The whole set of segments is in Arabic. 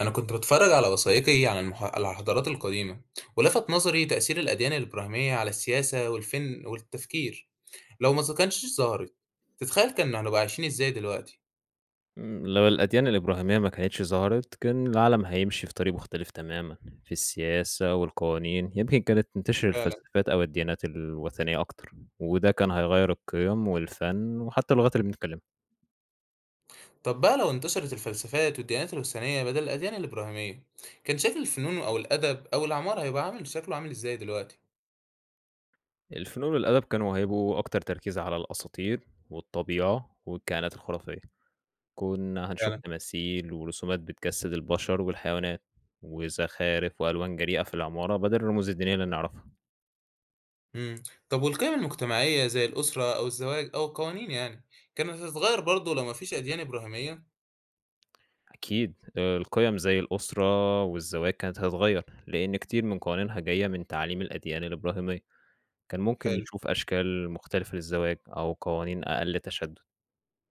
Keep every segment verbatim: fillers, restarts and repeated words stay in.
أنا كنت بتفرج على وثائقي عن المح... على الحضارات القديمة، ولفت نظري تأثير الأديان الإبراهيمية على السياسة والفن والتفكير. لو ما كانتش ظهرت، تتخيل كنا هنبقى عايشين إزاي دلوقتي؟ إمم، لو الأديان الإبراهيمية ما كانتش ظهرت، كان العالم هيمشي في طريق مختلف تمامًا، في السياسة والقوانين، يمكن كانت تنتشر فعلا. الفلسفات أو الديانات الوثنية أكتر، وده كان هيغيّر القيم والفن وحتى اللغات اللي بنتكلمها. طب بقى لو انتشرت الفلسفات والديانات الوثنية بدل الأديان الإبراهيمية، كان شكل الفنون أو الأدب أو العمارة هيبقى عامل شكله عامل إزاي دلوقتي؟ الفنون والأدب كانوا هيبقوا أكتر تركيز على الأساطير والطبيعة والكائنات الخرافية، كنا هنشوف فعلا. تماثيل ورسومات بتجسد البشر والحيوانات، وزخارف وألوان جريئة في العمارة بدل الرموز الدينية اللي نعرفها. مم. طب والقيم المجتمعية زي الأسرة أو الزواج أو القوانين يعني، كانت هتتغير برضه لو مفيش أديان إبراهيمية؟ أكيد آآ، القِيَم زي الأسرة والزواج كانت هتتغيّر، لإن كتير من قوانينها جاية من تعاليم الأديان الإبراهيمية، كان ممكن حلو. نشوف أشكال مختلفة للزواج أو قوانين أقل تشدُّد،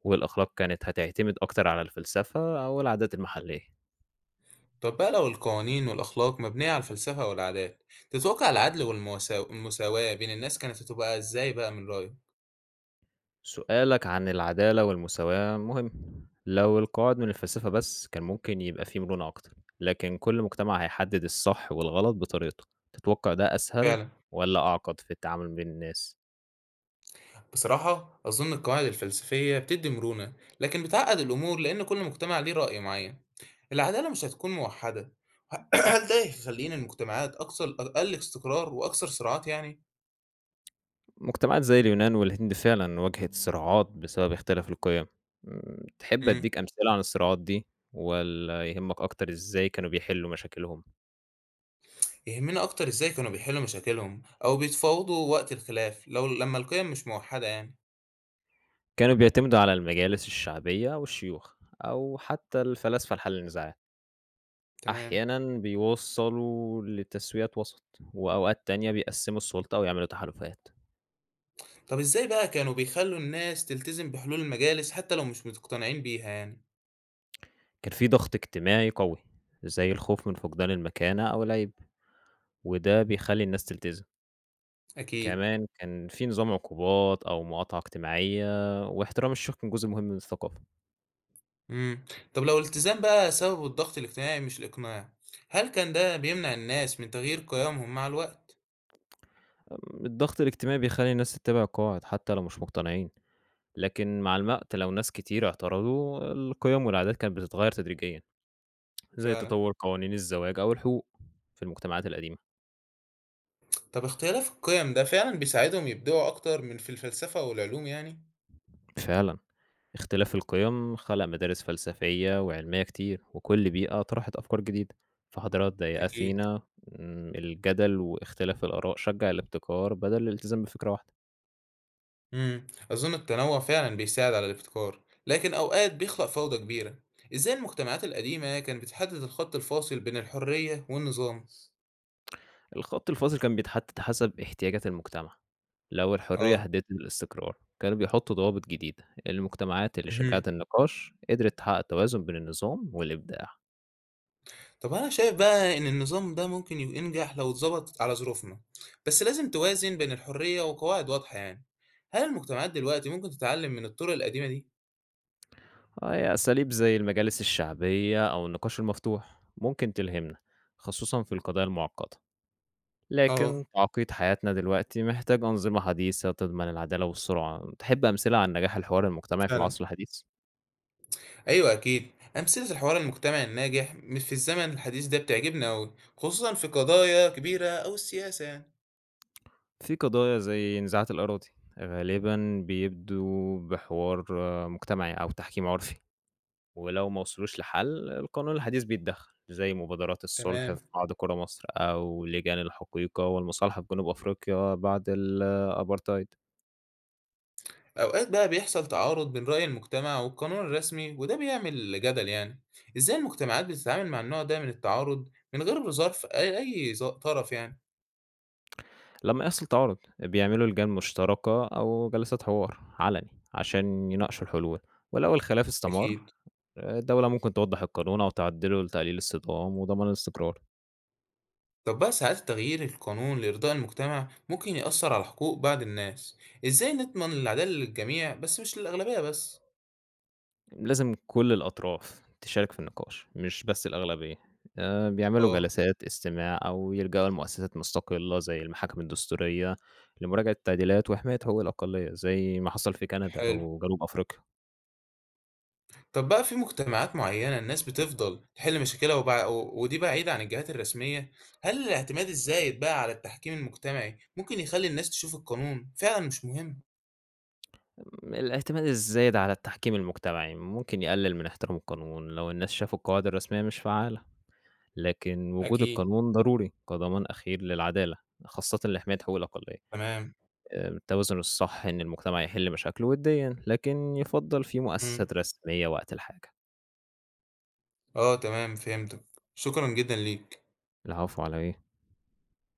والأخلاق كانت هتعتمد أكتر على الفلسفة أو العادات المحلية. طب بقى لو القوانين والأخلاق مبنية على الفلسفة والعادات، تتوقع العدل والمساواة بين الناس كانت هتبقى إزاي بقى من رأيك؟ سؤالك عن العدالة والمساواة مهم، لو القواعد من الفلسفة بس، كان ممكن يبقى في مرونة أكتر، لكن كل مجتمع هيحدد الصح والغلط بطريقته. تتوقع ده أسهل فعلا. والّا أعقد في التعامل بين الناس؟ بصراحة أظن القواعد الفلسفية بتدي مرونة، لكن بتعقد الأمور لأن كل مجتمع ليه رأي معين، العدالة مش هتكون موحدة. هل ده يخلينا المجتمعات أكثر أقل استقرار وأكثر صراعات يعني؟ مجتمعات زي اليونان والهند فعلًا واجهت صراعات بسبب اختلاف القيم. امم، تحب امم. أدّيك أمثلة عن الصراعات دي والّا يهمك أكتر إزاي كانوا بيحلّوا مشاكلهم؟ يهمنا أكتر إزاي كانوا بيحلوا مشاكلهم أو بيتفاوضوا وقت الخلاف لو لما القيم مش موحدة يعني. كانوا بيعتمدوا على المجالس الشعبية والشيوخ أو حتى الفلاسفة لحل النزاعات. تمام. أحيانًا بيوصّلوا لتسويات وسط، وأوقات تانية بيقسّموا السلطة أو يعملوا تحالفات. طب إزاي بقى كانوا بيخلّوا الناس تلتزم بحلول المجالس حتى لو مش مقتنعين بيها يعني؟ كان في ضغط اجتماعي قوي زي الخوف من فقدان المكانة أو العيب، وده بيخلّي الناس تلتزم. أكيد. كمان كان في نظام عقوبات أو مقاطعة اجتماعية، واحترام الشيوخ كان جزء مهم من الثقافة. إمم. طب لو الالتزام بقى سببه الضغط الاجتماعي مش الإقناع، هل كان ده بيمنع الناس من تغيير قيمهم مع الوقت؟ آمم، الضغط الاجتماعي بيخلّي الناس تتّبع القواعد حتى لو مش مقتنعين، لكن مع الوقت لو ناس كتير اعترضوا، القيم والعادات كانت بتتغير تدريجيًا، زي فعلًا. تطور قوانين الزواج أو الحقوق في المجتمعات القديمة. طب اختلاف القيم ده فعلًا بيساعدهم يبدعوا أكتر من في الفلسفة والعلوم يعني؟ فعلًا، اختلاف القيم خلق مدارس فلسفية وعلمية كتير، وكل بيئة طرحت أفكار جديدة. في حضارات زي أكيد. أثينا، امم، الجدل واختلاف الآراء شجّع الابتكار بدل الالتزام بفكرة واحدة. إمم. أظن التنوع فعلًا بيساعد على الابتكار، لكن أوقات بيخلق فوضى كبيرة. إزاي المجتمعات القديمة كانت بتحدد الخط الفاصل بين الحرية والنظام؟ الخط الفاصل كان بيتحدد حسب احتياجات المجتمع، لو الحرية آه. هدِّت الاستقرار، كانوا بيحطّوا ضوابط جديدة، المجتمعات اللي اهم. شجّعت النقاش قدرت تحقق توازن بين النظام والإبداع. طب أنا شايف بقى إن النظام ده ممكن يو- ينجح لو اتظبط على ظروفنا، بس لازم توازن بين الحرية وقواعد واضحة يعني. هل المجتمعات دلوقتي ممكن تتعلم من الطرق القديمة دي؟ هي أساليب زي المجالس الشعبية أو النقاش المفتوح ممكن تلهمنا، خصوصًا في القضايا المعقدة، اه، لكن تعقيد حياتنا دلوقتي محتاج أنظمة حديثة تضمن العدالة والسرعة. تحب أمثلة عن نجاح الحوار المجتمعي في فعلا، العصر الحديث؟ أيوة أكيد، أمثلة الحوار المجتمعي الناجح م- في الزمن الحديث ده بتعجبني أوي، خصوصا في قضايا كبيرة أو السياسة يعني. في قضايا زي نزاعات الأراضي، غالبًا بيبدوا بحوار آه، مجتمعي أو تحكيم عرفي، ولو ما وصلوش لحل القانون الحديث بيتدخل، زي مبادرات الصلح تمام. في بعض قرى مصر أو لجان الحقيقة والمصالحة في جنوب أفريقيا بعد الأبارتايد. أوقات بقى بيحصل تعارض بين رأي المجتمع والقانون الرسمي وده بيعمل جدل يعني. إزاي المجتمعات بتتعامل مع النوع ده من التعارض من غير ظرف أي أي ظ- طرف يعني؟ لما يحصل تعارض بيعملوا لجان مشتركة أو جلسات حوار علني عشان يناقشوا الحلول، ولو الخلاف استمر أكيد. آه، الدولة ممكن توضح القانون أو تعدله لتقليل الصدام وضمان الاستقرار. طب بقى ساعات تغيير القانون لإرضاء المجتمع ممكن يأثر على حقوق بعض الناس، إزاي نضمن العدالة للجميع بس مش للأغلبية بس؟ لازم كل الأطراف تشارك في النقاش، مش بس الأغلبية. آآ، بيعملوا آه. جلسات استماع أو يلجأوا لمؤسسات مستقلة زي المحاكم الدستورية لمراجعة التعديلات وحماية حقوق الأقلية، زي ما حصل في كندا حلو. أو جنوب أفريقيا. طب بقى في مجتمعات معينة الناس بتفضل تحل مشاكلها وبع... و- ودي بعيدة عن الجهات الرسمية، هل الاعتماد الزايد بقى على التحكيم المجتمعي ممكن يخلي الناس تشوف القانون فعلا مش مهم؟ م الاعتماد الزايد على التحكيم المجتمعي ممكن يقلل من احترام القانون لو الناس شافوا القواعد الرسمية مش فعالة، لكن وجود أكيد. القانون ضروري كضمان أخير للعدالة، خاصةً لحماية حقوق الأقلية. تمام. آآ التوازن الصح إن المجتمع يحل مشاكله وديًا، لكن يُفضّل في مم. مؤسسات رسمية وقت الحاجة. آه تمام فهمتك، شكرا جدا ليك. العفو على إيه؟